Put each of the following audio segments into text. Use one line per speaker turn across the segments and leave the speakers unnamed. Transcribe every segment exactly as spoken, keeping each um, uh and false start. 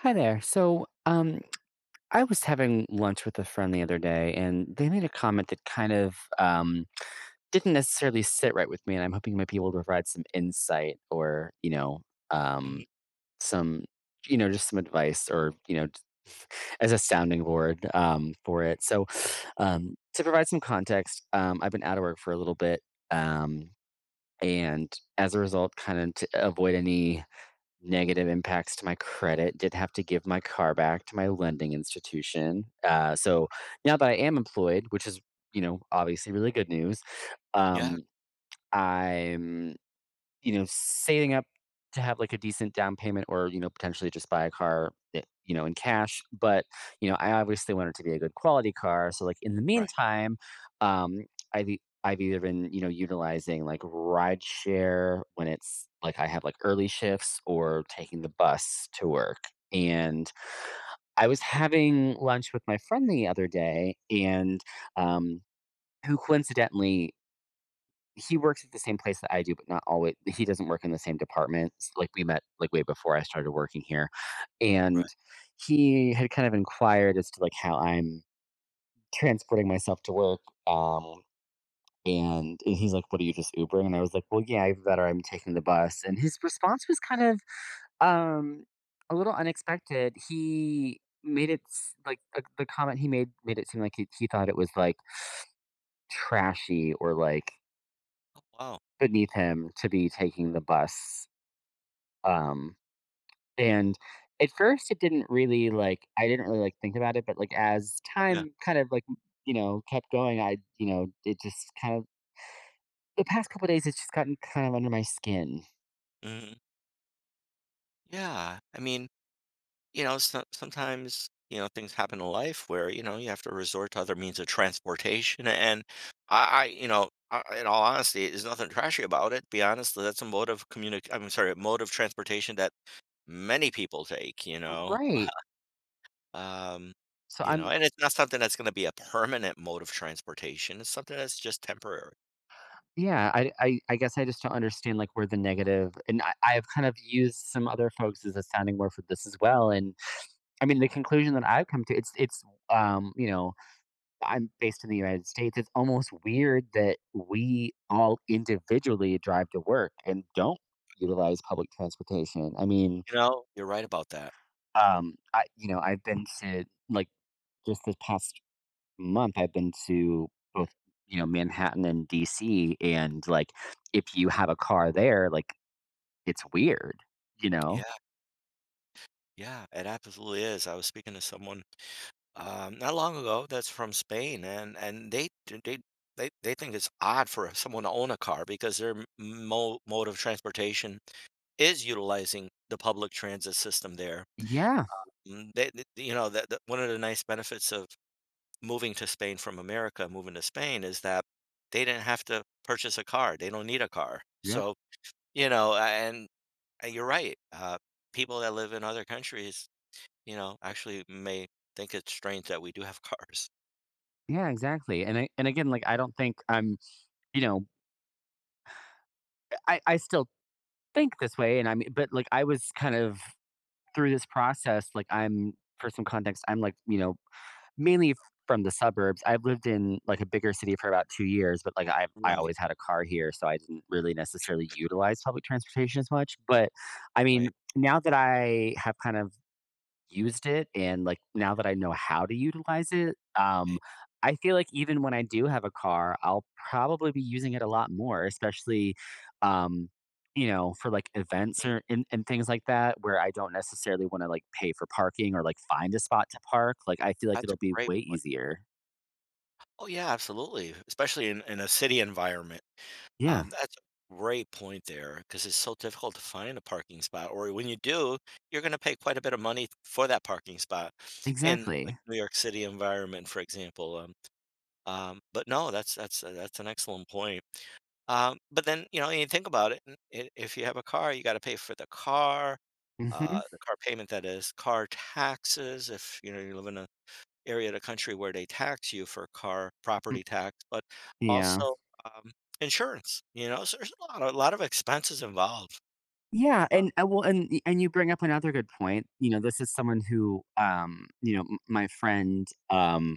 Hi there. So, um, I was having lunch with a friend the other day, and they made a comment that kind of um, didn't necessarily sit right with me. And I'm hoping you might be able to provide some insight, or you know, um,
Mhm.
some, you know, just some advice, or you know, as a sounding board um, for it. So, um, to provide some context, um, I've been out of work for a little bit, um, and as a result, kind of to avoid any Negative impacts to my credit. Did have to give my car back to my lending institution. Uh, so now that I am employed, which is, you know, obviously really good news.
Yeah,
um, I'm you know, Saving up to have, like, a decent down payment or, you know, potentially just buy a car, eh, you know, in cash, but, you know, I obviously want it to be a good quality car, so, like, in the
right,
meantime, um, I've e I've either been, you know, utilizing, like, rideshare when it's like, I have, like, early shifts or taking the bus to work. And I was having lunch with my friend the other day and, um, who coincidentally he works at the same place that I do, but not always. He doesn't work in the same department. S- Like we met like way before I started working here,
right.
and he had kind of inquired as to like how I'm transporting myself to work. Um, and and he's like, "What are you just Ubering?" And I was like, "Well, yeah, either that or I'm taking the bus." And his response was kind of um a little unexpected. He made it s- like uh, the comment he made made it seem like he, he thought it was like trashy or like
Wow.
beneath him to be taking the bus. Um, and at first, it didn't really like I didn't really like think about it, but like as
Yeah.
time kind of like you know kept going, I you know it just kind of the past couple days it's just gotten kind of under my skin.
Mhm. Yeah, I mean, you know, so sometimes, you know, things happen in life where, you know, you have to resort to other means of transportation, and I I you know, I in all honesty, there's nothing trashy about it, be honest, that's a mode of communic I'm sorry, a mode of transportation that many people take, you know?
Right.
Um,
So
you know,
I'm
and it's not something that's gonna be a permanent mode of transportation, it's something that's just temporary,
Yeah. I I, I guess I just don't understand like where the negative, and I, I have kind of used some other folks as a sounding board for this as well, and I mean, the conclusion that I've come to, it's it's um you know I'm based in the United States. It's almost weird that we all individually drive to work and don't utilize public transportation. I mean,
you know? You're right about that.
um, I you know, I've been to like just this past month. I've been to both, you know Manhattan and D C, and like if you have a car there, like it's weird, you know.
Yeah. Yeah, it absolutely is. I was speaking to someone um, not long ago that's from Spain, and and they d- they they they think it's odd for someone to own a car because their m- mo mode of transportation is utilizing the public transit system there.
Yeah.
Mm, They, th- you know, that that- one of the nice benefits of moving to Spain from America, moving to Spain, is that they didn't have to purchase a car. They don't need a car.
Yep.
So, you know, a- and uh, you're right. Uh, people that live in other countries you know, actually may think it's strange that we do have cars.
Yeah, exactly. And I, and again, like I don't think I'm, you know, I I still think this way. And I mean, but like I was kind of through this process, like, I'm for some context, I'm like, you know, mainly f- from the suburbs. I've lived in like a bigger city for about two years, but like I I
Right,
always had a car here, so I didn't really necessarily utilize public transportation as much. But I mean,
right,
now that I have kind of used it and like now that I know how to utilize it, um,
right.
I feel like even when I do have a car, I'll probably be using it a lot more, especially, um, you know, for like events
Mhm.
or and, and things like that, where I don't necessarily want to like pay for parking or like find a spot to park. Like, I feel like
That's a
it'll be
great
way
point.
easier.
Oh, yeah, absolutely, especially in in a city environment.
Yeah,
Um, that's a great point there because it's so difficult to find a parking spot, or when you do, you're gonna pay quite a bit of money for that parking spot in, like,
exactly.
New York City environment, for example, um, um, but no, that's that's that's an excellent point. Um, but then, you know, you think about it, and if you have a car, you got to pay for the car, uh,
hmm
the car payment that is, car taxes. If you know you live in an area of the country where they tax you for car property tax, but
yeah.
also um, insurance. You know, so there's a lot, a lot of expenses involved.
Yeah, and uh, well, and y- and you bring up another good point. You know, this is someone who, um, you know, m- my friend, um,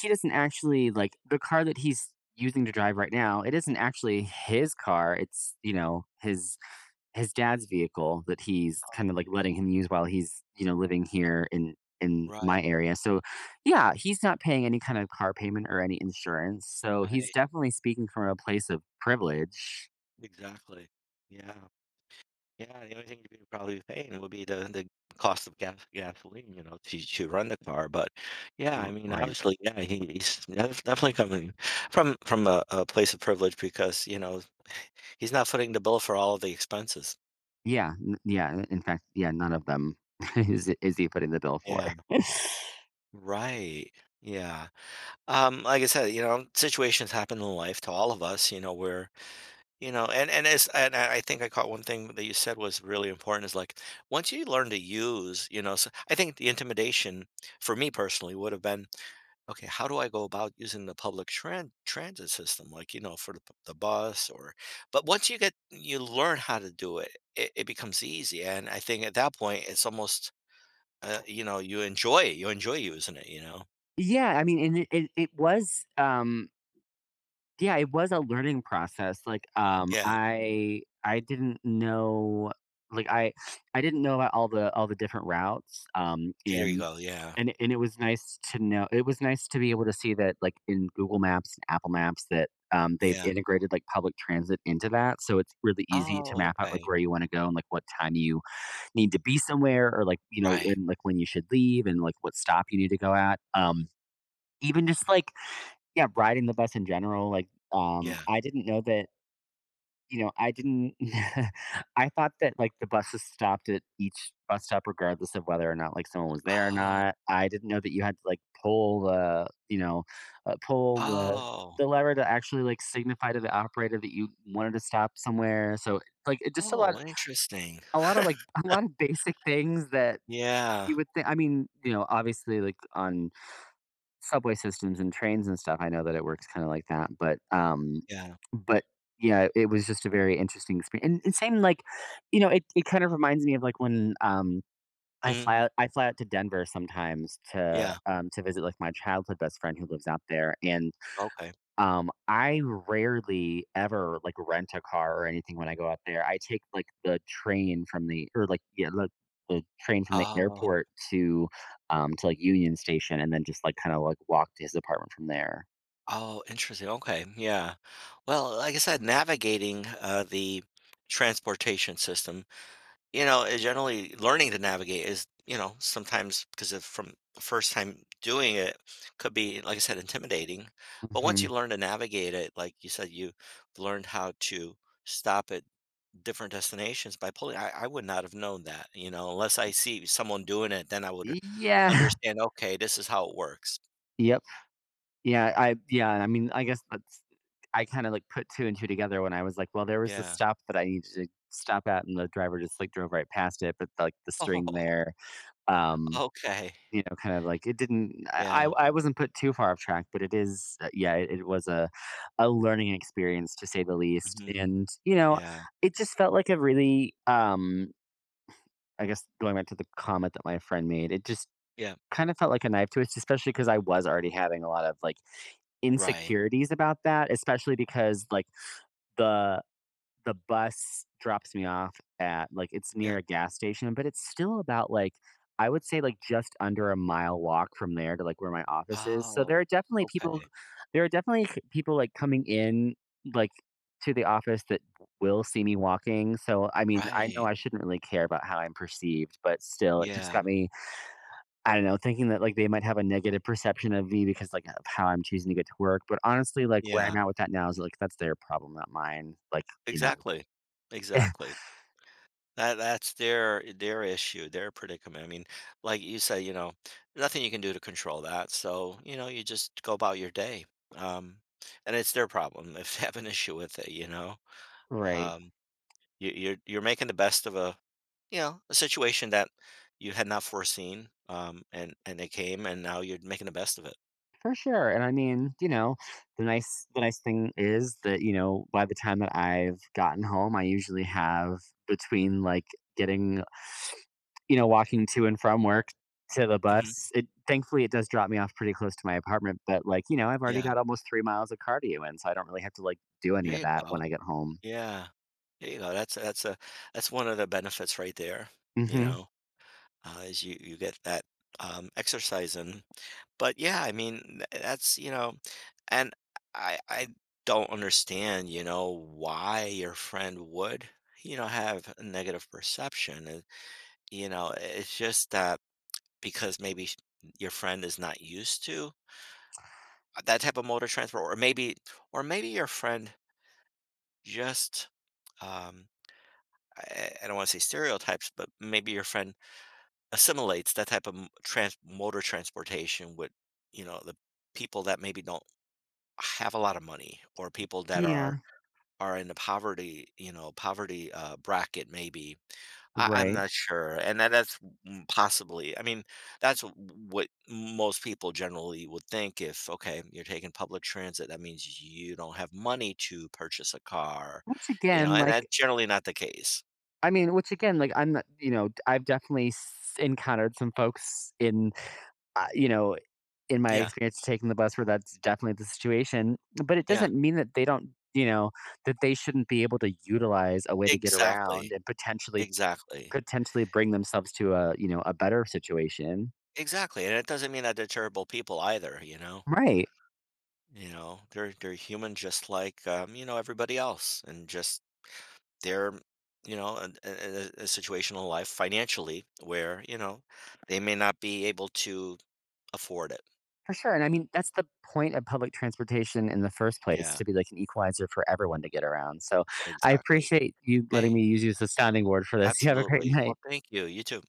He doesn't actually like the car that he's using to drive right now. It isn't actually his car. It's, you know his his dad's vehicle that he's kind of like letting him use while he's, you know living here in in
Right.
my area. So yeah, he's not paying any kind of car payment or any insurance. So he's
Right.
definitely speaking from a place of privilege.
Exactly. Yeah. Yeah, the only thing you'd be probably paying would be the the cost of gas gasoline, you know, to to run the car, but, yeah,
R-
I mean,
Right.
obviously, yeah, he he's def definitely coming from from a a place of privilege because, you know, he's not footing the bill for all of the expenses.
Yeah. n- Yeah. In fact, yeah, none of them is is he putting the bill for.
Yeah, right, yeah, um, like I said, you know, situations happen in life to all of us, you know, where you know, and and as and I I think I caught one thing that you said was really important is like once you learn to use, you know, so I think the intimidation for me personally would have been, okay, how do I go about using the public tran transit system, like, you know, for the, p- the bus or, but once you get you learn how to do it, it, it becomes easy. And I think at that point, it's almost, uh, you know, you enjoy it, you enjoy using it, you know.
Yeah, I mean, and it, it, it was um yeah, it was a learning process, like, um,
Yeah,
I I didn't know, like, I I didn't know about all the all the different routes, um,
there you
and
go. Yeah,
and and it was nice to know it was nice to be able to see that, like, in Google Maps and Apple Maps, that, um, they've
yeah.
integrated, like, public transit into that, so it's really easy to
Oh,
map out, like,
okay.
where you wanna go and, like, what time you need to be somewhere, or, like, you know,
Right.
and, like, when you should leave and, like, what stop you need to go at, um, even just, like, yeah, riding the bus in general, like, um,
Yeah.
I didn't know that, you know, I didn't I thought that, like, the buses stopped at each bus stop regardless of whether or not, like, someone was there or
Oh,
not. I didn't know that you had to, like, pull the, you know, uh, pull the
oh.
the lever to actually, like, signify to the operator that you wanted to stop somewhere. So, like, it just a lot
Oh, interesting.
a lot of, like, a lot of basic things that
Yeah,
you would think, I mean, you know, obviously, like, on subway systems and trains and stuff, I know that it works kinda like that, but, um
yeah.
but, yeah, it was just a very interesting experience. and and same, like, you know, it it kind of reminds me of, like, when, um, I
Mhm.
fly out I fly out to Denver sometimes, to,
Yeah,
um, to visit, like, my childhood best friend who lives out there. And
okay.
um, I rarely ever, like, rent a car or anything when I go out there. I take, like, the train from the or, like yeah, the the train from the
Oh,
airport to, um, to, like, Union Station, and then just, like, kinda, like, walk to his apartment from there.
oh, interesting, okay, yeah. Well, like I said, navigating, uh, the transportation system, you know, eh, generally learning to navigate is, you know, sometimes 'cause if from the first time doing it could be, like I said, intimidating, but once
Mhm.
you learn to navigate it, like you said, you learned how to stop it different destinations by pulling. I, I would not have known that, you know, unless I see someone doing it, then I would
Yeah.
understand, okay, this is how it works.
Yep. Yeah, I yeah, I mean, I guess that's I kinda, like, put 2 and 2 together when I was like, "Well, there was this
Yeah.
stop that I needed to stop at," and the driver just, like, drove right past it, but, like, the string
Oh,
there, um
okay.
you know, kind of like it didn't I
Yeah.
I I wasn't put too far off track, but it is, uh, yeah, it, it was a a learning experience to say the least.
Hmm.
And, you know,
Yeah.
it just felt like a really um I guess, going back to the comment that my friend made, it just
Yeah.
kind of felt like a knife twist, especially because I was already having a lot of, like,
Right.
insecurities about that, especially because like the the bus drops me off at like it's
Yeah.
near a gas station, but it's still about, like, I would say, like, just under a mile walk from there to like where my office is. So there are
Oh,
definitely people
okay.
there are definitely c- people like coming in, like, to the office, that will see me walking. So I mean, I know
Right.
I shouldn't really care about how I'm perceived, but still it just
Yeah.
got me, I don't know, thinking that like they might have a negative perception of me because like of how I'm choosing to get to work. But honestly, like, where I'm
Yeah.
at with that now is like that's their problem, not mine. Like, you know,
Exactly. Exactly. That that's their their issue, their predicament. I mean, like you say, you know, nothing you can do to control that. So, you know, you just go about your day. Um, and it's their problem if they have an issue with it, you know.
Right.
Um, you, you're you're making the best of a, you know, a situation that you had not foreseen. Um, and and it came, and now you're making the best of it.
For sure. And I mean, you know, the nice the nice thing is that, you know, by the time that I've gotten home, I usually have, between like getting, you know, walking to and from work to the
Hmm.
bus. It, thankfully, it does drop me off pretty close to my apartment, but like, you know, I've already
Yeah,
got almost three miles of cardio in, so I don't really have to like do
there
any of
you
that when
go.
I get home.
Yeah, there you go. That's that's a that's one of the benefits right there. You
hmm
know. Uh, as you you get that um, exercise in. But yeah, I mean th- that's you know, and I I don't understand you know why your friend would you know have a negative perception. And, you know, it's just that because maybe sh- your friend is not used to that type of mode of transport, or maybe or maybe your friend just um. I I- I don't want to say stereotypes, but maybe your friend assimilates that type of m- trans- mode transportation with you know the people that maybe don't have a lot of money or people that are
Yeah.
are in the poverty you know poverty uh, bracket maybe I, I'm
Right.
not sure and that, that's m- possibly I mean that's w- what most people generally would think if okay you're taking public transit that means you don't have money to purchase a car
Which
you know
again,
and
like
that's generally not the case
I mean, which again, like I'm not, you know, I've definitely s- encountered some folks in, uh, you know, in my
yeah
experience taking the bus, where that's definitely the situation. But it
yeah
doesn't mean that they don't, you know, that they shouldn't be able to utilize a way to get around
exactly
and potentially
exactly
potentially bring themselves to a, you know, a better situation.
Exactly, and it doesn't mean that they're terrible people either, you know?
Right.
You know, they're they're human just like, um, you know, everybody else, and just they're, you know, in a a situational life financially where, you know, they may not be able to afford it.
For sure. And I mean, that's the point of public transportation in the first place,
Yeah,
to be like an equalizer for everyone to get around. So I
exactly.
appreciate you
Hey,
letting me use this astounding word for this. You have a great
absolutely. Well,
night.
thank you. You too.